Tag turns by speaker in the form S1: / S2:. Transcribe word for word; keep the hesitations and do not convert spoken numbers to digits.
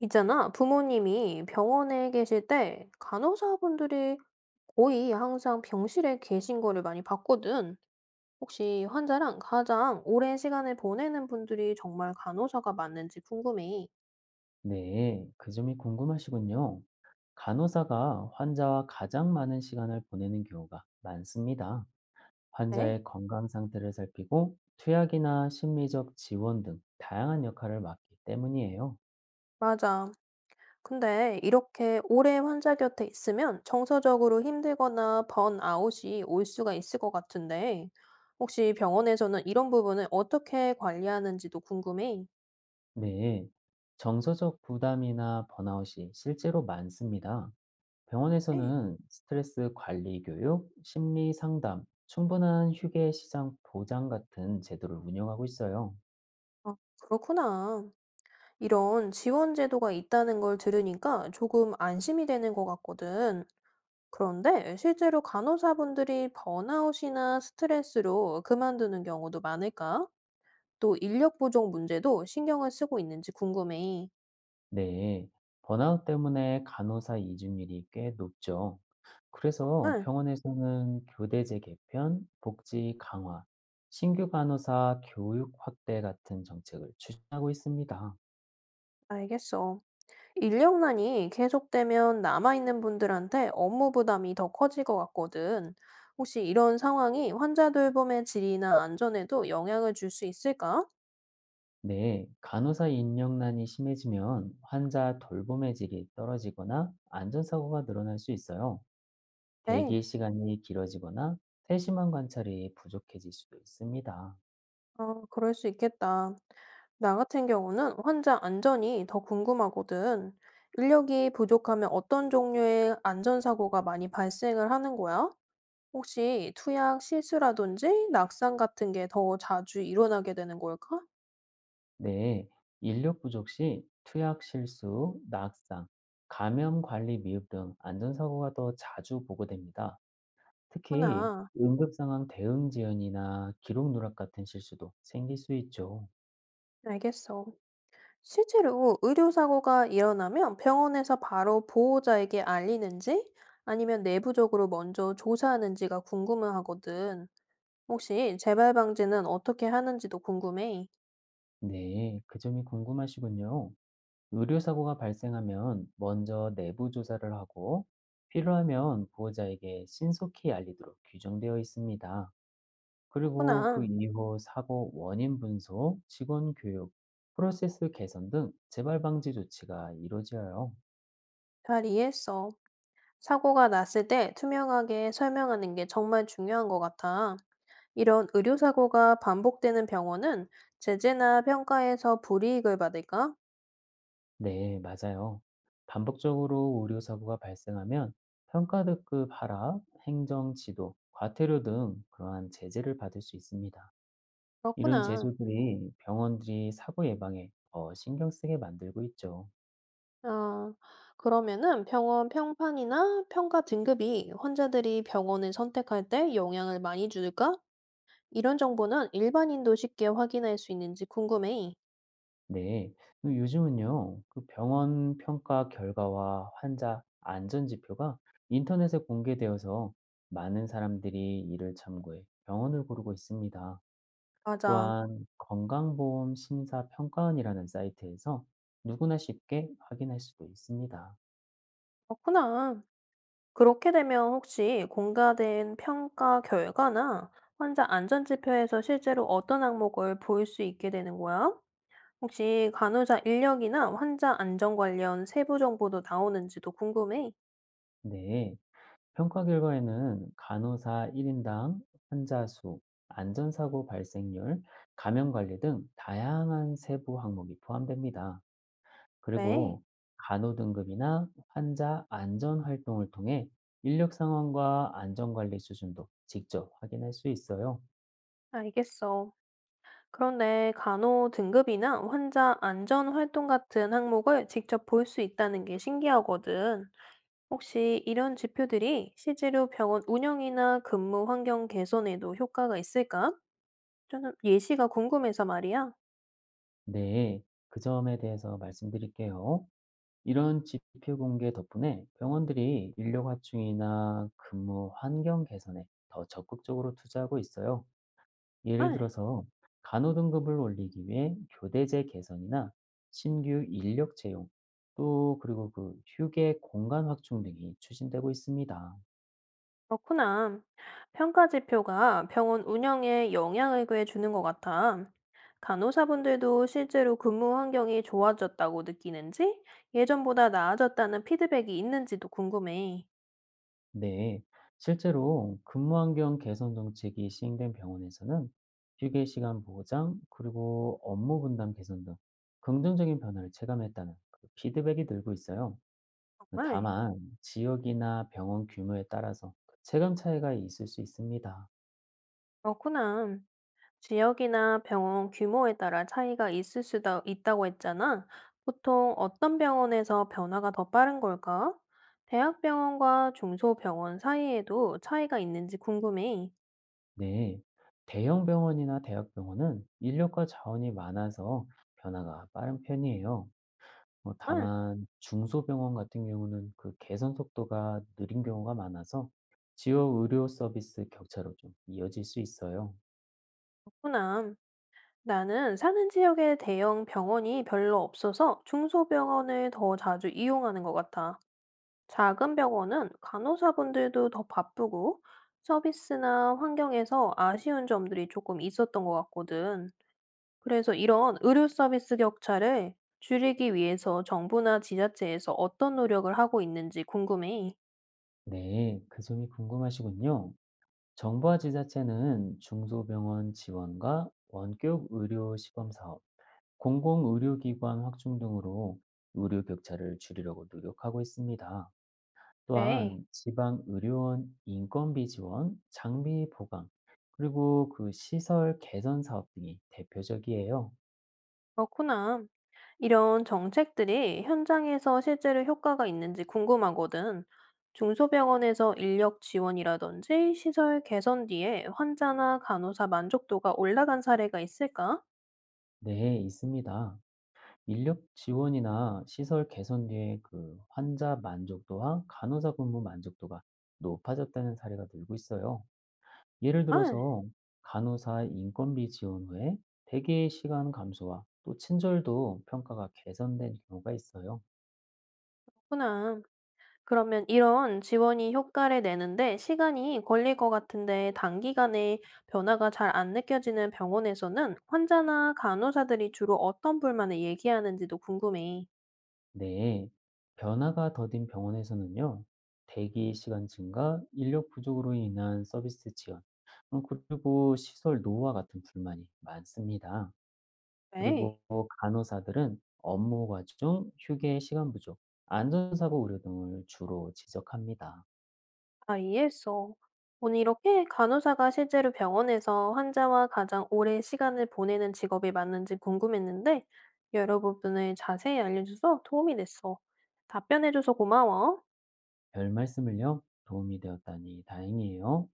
S1: 있잖아, 부모님이 병원에 계실 때 간호사분들이 거의 항상 병실에 계신 거를 많이 봤거든. 혹시 환자랑 가장 오랜 시간을 보내는 분들이 정말 간호사가 맞는지 궁금해.
S2: 네, 그 점이 궁금하시군요. 간호사가 환자와 가장 많은 시간을 보내는 경우가 많습니다.
S1: 네,
S2: 환자의 건강 상태를 살피고 투약이나 심리적 지원 등 다양한 역할을 맡기 때문이에요.
S1: 맞아. 근데 이렇게 오래 환자 곁에 있으면 정서적으로 힘들거나 번아웃이 올 수가 있을 것 같은데, 혹시 병원에서는 이런 부분을 어떻게 관리하는지도 궁금해.
S2: 네, 정서적 부담이나 번아웃이 실제로 많습니다.
S1: 네,
S2: 병원에서는 스트레스 관리 교육, 심리 상담, 충분한 휴게 시장 보장 같은 제도를 운영하고 있어요.
S1: 아, 그렇구나. 이런 지원 제도가 있다는 걸 들으니까 조금 안심이 되는 것 같거든. 그런데 실제로 간호사분들이 번아웃이나 스트레스로 그만두는 경우도 많을까? 또 인력 부족 문제도 신경을 쓰고 있는지 궁금해.
S2: 네, 번아웃 때문에 간호사 이중률이 꽤 높죠. 그래서
S1: 응,
S2: 병원에서는 교대 제 개편 복지 강화, 신규 간호사 교육 확대 같은 정책을 추진하고 있습니다.
S1: 알겠어. 인력난이 계속되면 남아있는 분들한테 업무 부담이 더 커질 것 같거든. 혹시 이런 상황이 환자 돌봄의 질이나 안전에도 영향을 줄 수 있을까?
S2: 네, 간호사 인력난이 심해지면 환자 돌봄의 질이 떨어지거나 안전사고가 늘어날 수 있어요.
S1: 네.
S2: 대기 시간이 길어지거나 세심한 관찰이 부족해질 수도 있습니다.
S1: 아, 그럴 수 있겠다. 나 같은 경우는 환자 안전이 더 궁금하거든. 인력이 부족하면 어떤 종류의 안전사고가 많이 발생을 하는 거야? 혹시 투약 실수라든지 낙상 같은 게 더 자주 일어나게 되는 걸까?
S2: 네, 인력 부족 시 투약 실수, 낙상, 감염 관리 미흡 등 안전사고가 더 자주 보고됩니다. 특히
S1: 구나.
S2: 응급상황 대응 지연이나 기록 누락 같은 실수도 생길 수 있죠.
S1: 알겠어. 실제로 의료사고가 일어나면 병원에서 바로 보호자에게 알리는지 아니면 내부적으로 먼저 조사하는지가 궁금하거든. 혹시 재발 방지는 어떻게 하는지도 궁금해.
S2: 네, 그 점이 궁금하시군요. 의료사고가 발생하면 먼저 내부 조사를 하고 필요하면 보호자에게 신속히 알리도록 규정되어 있습니다. 그리고 그
S1: 그렇구나.
S2: 이후 사고 원인 분석, 직원 교육, 프로세스 개선 등 재발 방지 조치가 이루어져요.
S1: 잘 이해했어. 사고가 났을 때 투명하게 설명하는 게 정말 중요한 것 같아. 이런 의료사고가 반복되는 병원은 제재나 평가에서 불이익을 받을까?
S2: 네, 맞아요. 반복적으로 의료 사고가 발생하면 평가득급 하락, 행정 지도, 과태료 등 그러한 제재를 받을 수 있습니다. 이런
S1: 그렇구나.
S2: 제소들이 병원들이 사고 예방에 더 신경 쓰게 만들고 있죠.
S1: 아, 그러면은 병원 평판이나 평가 등급이 환자들이 병원을 선택할 때 영향을 많이 줄까? 이런 정보는 일반인도 쉽게 확인할 수 있는지 궁금해.
S2: 네. 그 요즘은요. 그 병원 평가 결과와 환자 안전 지표가 인터넷에 공개되어서 많은 사람들이 이를 참고해 병원을 고르고 있습니다.
S1: 맞아.
S2: 또한 건강보험 심사 평가원이라는 사이트에서 누구나 쉽게 확인할 수도 있습니다.
S1: 그렇구나. 그렇게 되면 혹시 공과된 평가 결과나 환자 안전지표에서 실제로 어떤 항목을 볼 수 있게 되는 거야? 혹시 간호사 인력이나 환자 안전 관련 세부 정보도 나오는지도 궁금해.
S2: 네. 평가 결과에는 간호사 일 인당 환자 수, 안전사고 발생률, 감염 관리 등 다양한 세부 항목이 포함됩니다.
S1: 네,
S2: 그리고 간호등급이나 환자 안전 활동을 통해 인력 상황과 안전관리 수준도 직접 확인할 수 있어요.
S1: 알겠어. 그런데 간호 등급이나 환자 안전 활동 같은 항목을 직접 볼 수 있다는 게 신기하거든. 혹시 이런 지표들이 실제로 병원 운영이나 근무 환경 개선에도 효과가 있을까? 저는 예시가 궁금해서 말이야.
S2: 네, 그 점에 대해서 말씀드릴게요. 이런 지표 공개 덕분에 병원들이 인력 확충이나 근무 환경 개선에 더 적극적으로 투자하고 있어요.
S1: 아,
S2: 예를 들어서 간호 등급을 올리기 위해 교대제 개선이나 신규 인력 채용, 또 그리고 그 휴게 공간 확충 등이 추진되고 있습니다.
S1: 그렇구나. 평가 지표가 병원 운영에 영향을 꽤 주는 것 같아. 간호사분들도 실제로 근무 환경이 좋아졌다고 느끼는지, 예전보다 나아졌다는 피드백이 있는지도 궁금해.
S2: 네, 실제로 근무 환경 개선 정책이 시행된 병원에서는 휴게 시간 보장, 그리고 업무 분담 개선 등 긍정적인 변화를 체감했다는 그 피드백이 늘고 있어요.
S1: 정말?
S2: 다만 지역이나 병원 규모에 따라서 그 체감 차이가 있을 수 있습니다.
S1: 그렇구나. 지역이나 병원 규모에 따라 차이가 있을 수도 있다고 했잖아. 보통 어떤 병원에서 변화가 더 빠른 걸까? 대학병원과 중소병원 사이에도 차이가 있는지 궁금해.
S2: 네, 대형 병원이나 대학병원은 인력과 자원이 많아서 변화가 빠른 편이에요. 어,
S1: 정말
S2: 다만 중소병원 같은 경우는 그 개선 속도가 느린 경우가 많아서 지역 의료 서비스 격차로 좀 이어질 수 있어요.
S1: 그렇구나. 나는 사는 지역에 대형 병원이 별로 없어서 중소병원을 더 자주 이용하는 것 같아. 작은 병원은 간호사분들도 더 바쁘고 서비스나 환경에서 아쉬운 점들이 조금 있었던 것 같거든. 그래서 이런 의료 서비스 격차를 줄이기 위해서 정부나 지자체에서 어떤 노력을 하고 있는지 궁금해.
S2: 네, 그 점이 궁금하시군요. 정부와 지자체는 중소병원 지원과 원격 의료 시범 사업, 공공의료기관 확충 등으로 의료 격차를 줄이려고 노력하고 있습니다.
S1: 네,
S2: 또한 지방 의료원 인건비 지원, 장비 보강, 그리고 그 시설 개선 사업 등이 대표적이에요.
S1: 그렇구나. 이런 정책들이 현장에서 실제로 효과가 있는지 궁금하거든. 중소병원에서 인력 지원이라든지 시설 개선 뒤에 환자나 간호사 만족도가 올라간 사례가 있을까?
S2: 네, 있습니다. 인력 지원이나 시설 개선 뒤에 그 환자 만족도와 간호사 근무 만족도가 높아졌다는 사례가 늘고 있어요. 예를
S1: 아,
S2: 들어서 간호사 인건비 지원 후에 대기 시간 감소와 또 친절도 평가가 개선된 경우가 있어요.
S1: 그렇구나. 그러면 이런 지원이 효과를 내는데 시간이 걸릴 것 같은데 단기간에 변화가 잘 안 느껴지는 병원에서는 환자나 간호사들이 주로 어떤 불만을 얘기하는지도 궁금해.
S2: 네, 변화가 더딘 병원에서는요, 대기 시간 증가, 인력 부족으로 인한 서비스 지연, 어, 그리고 시설 노후화 같은 불만이 많습니다.
S1: 네.
S2: 그리고 간호사들은 업무 과중, 휴게 시간 부족, 안전사고 우려 등을 주로 지적합니다.
S1: 아, 이해했어. 오늘 이렇게 간호사가 실제로 병원에서 환자와 가장 오랜 시간을 보내는 직업이 맞는지 궁금했는데 여러 부분을 자세히 알려줘서 도움이 됐어. 답변해줘서 고마워.
S2: 별 말씀을요, 도움이 되었다니 다행이에요.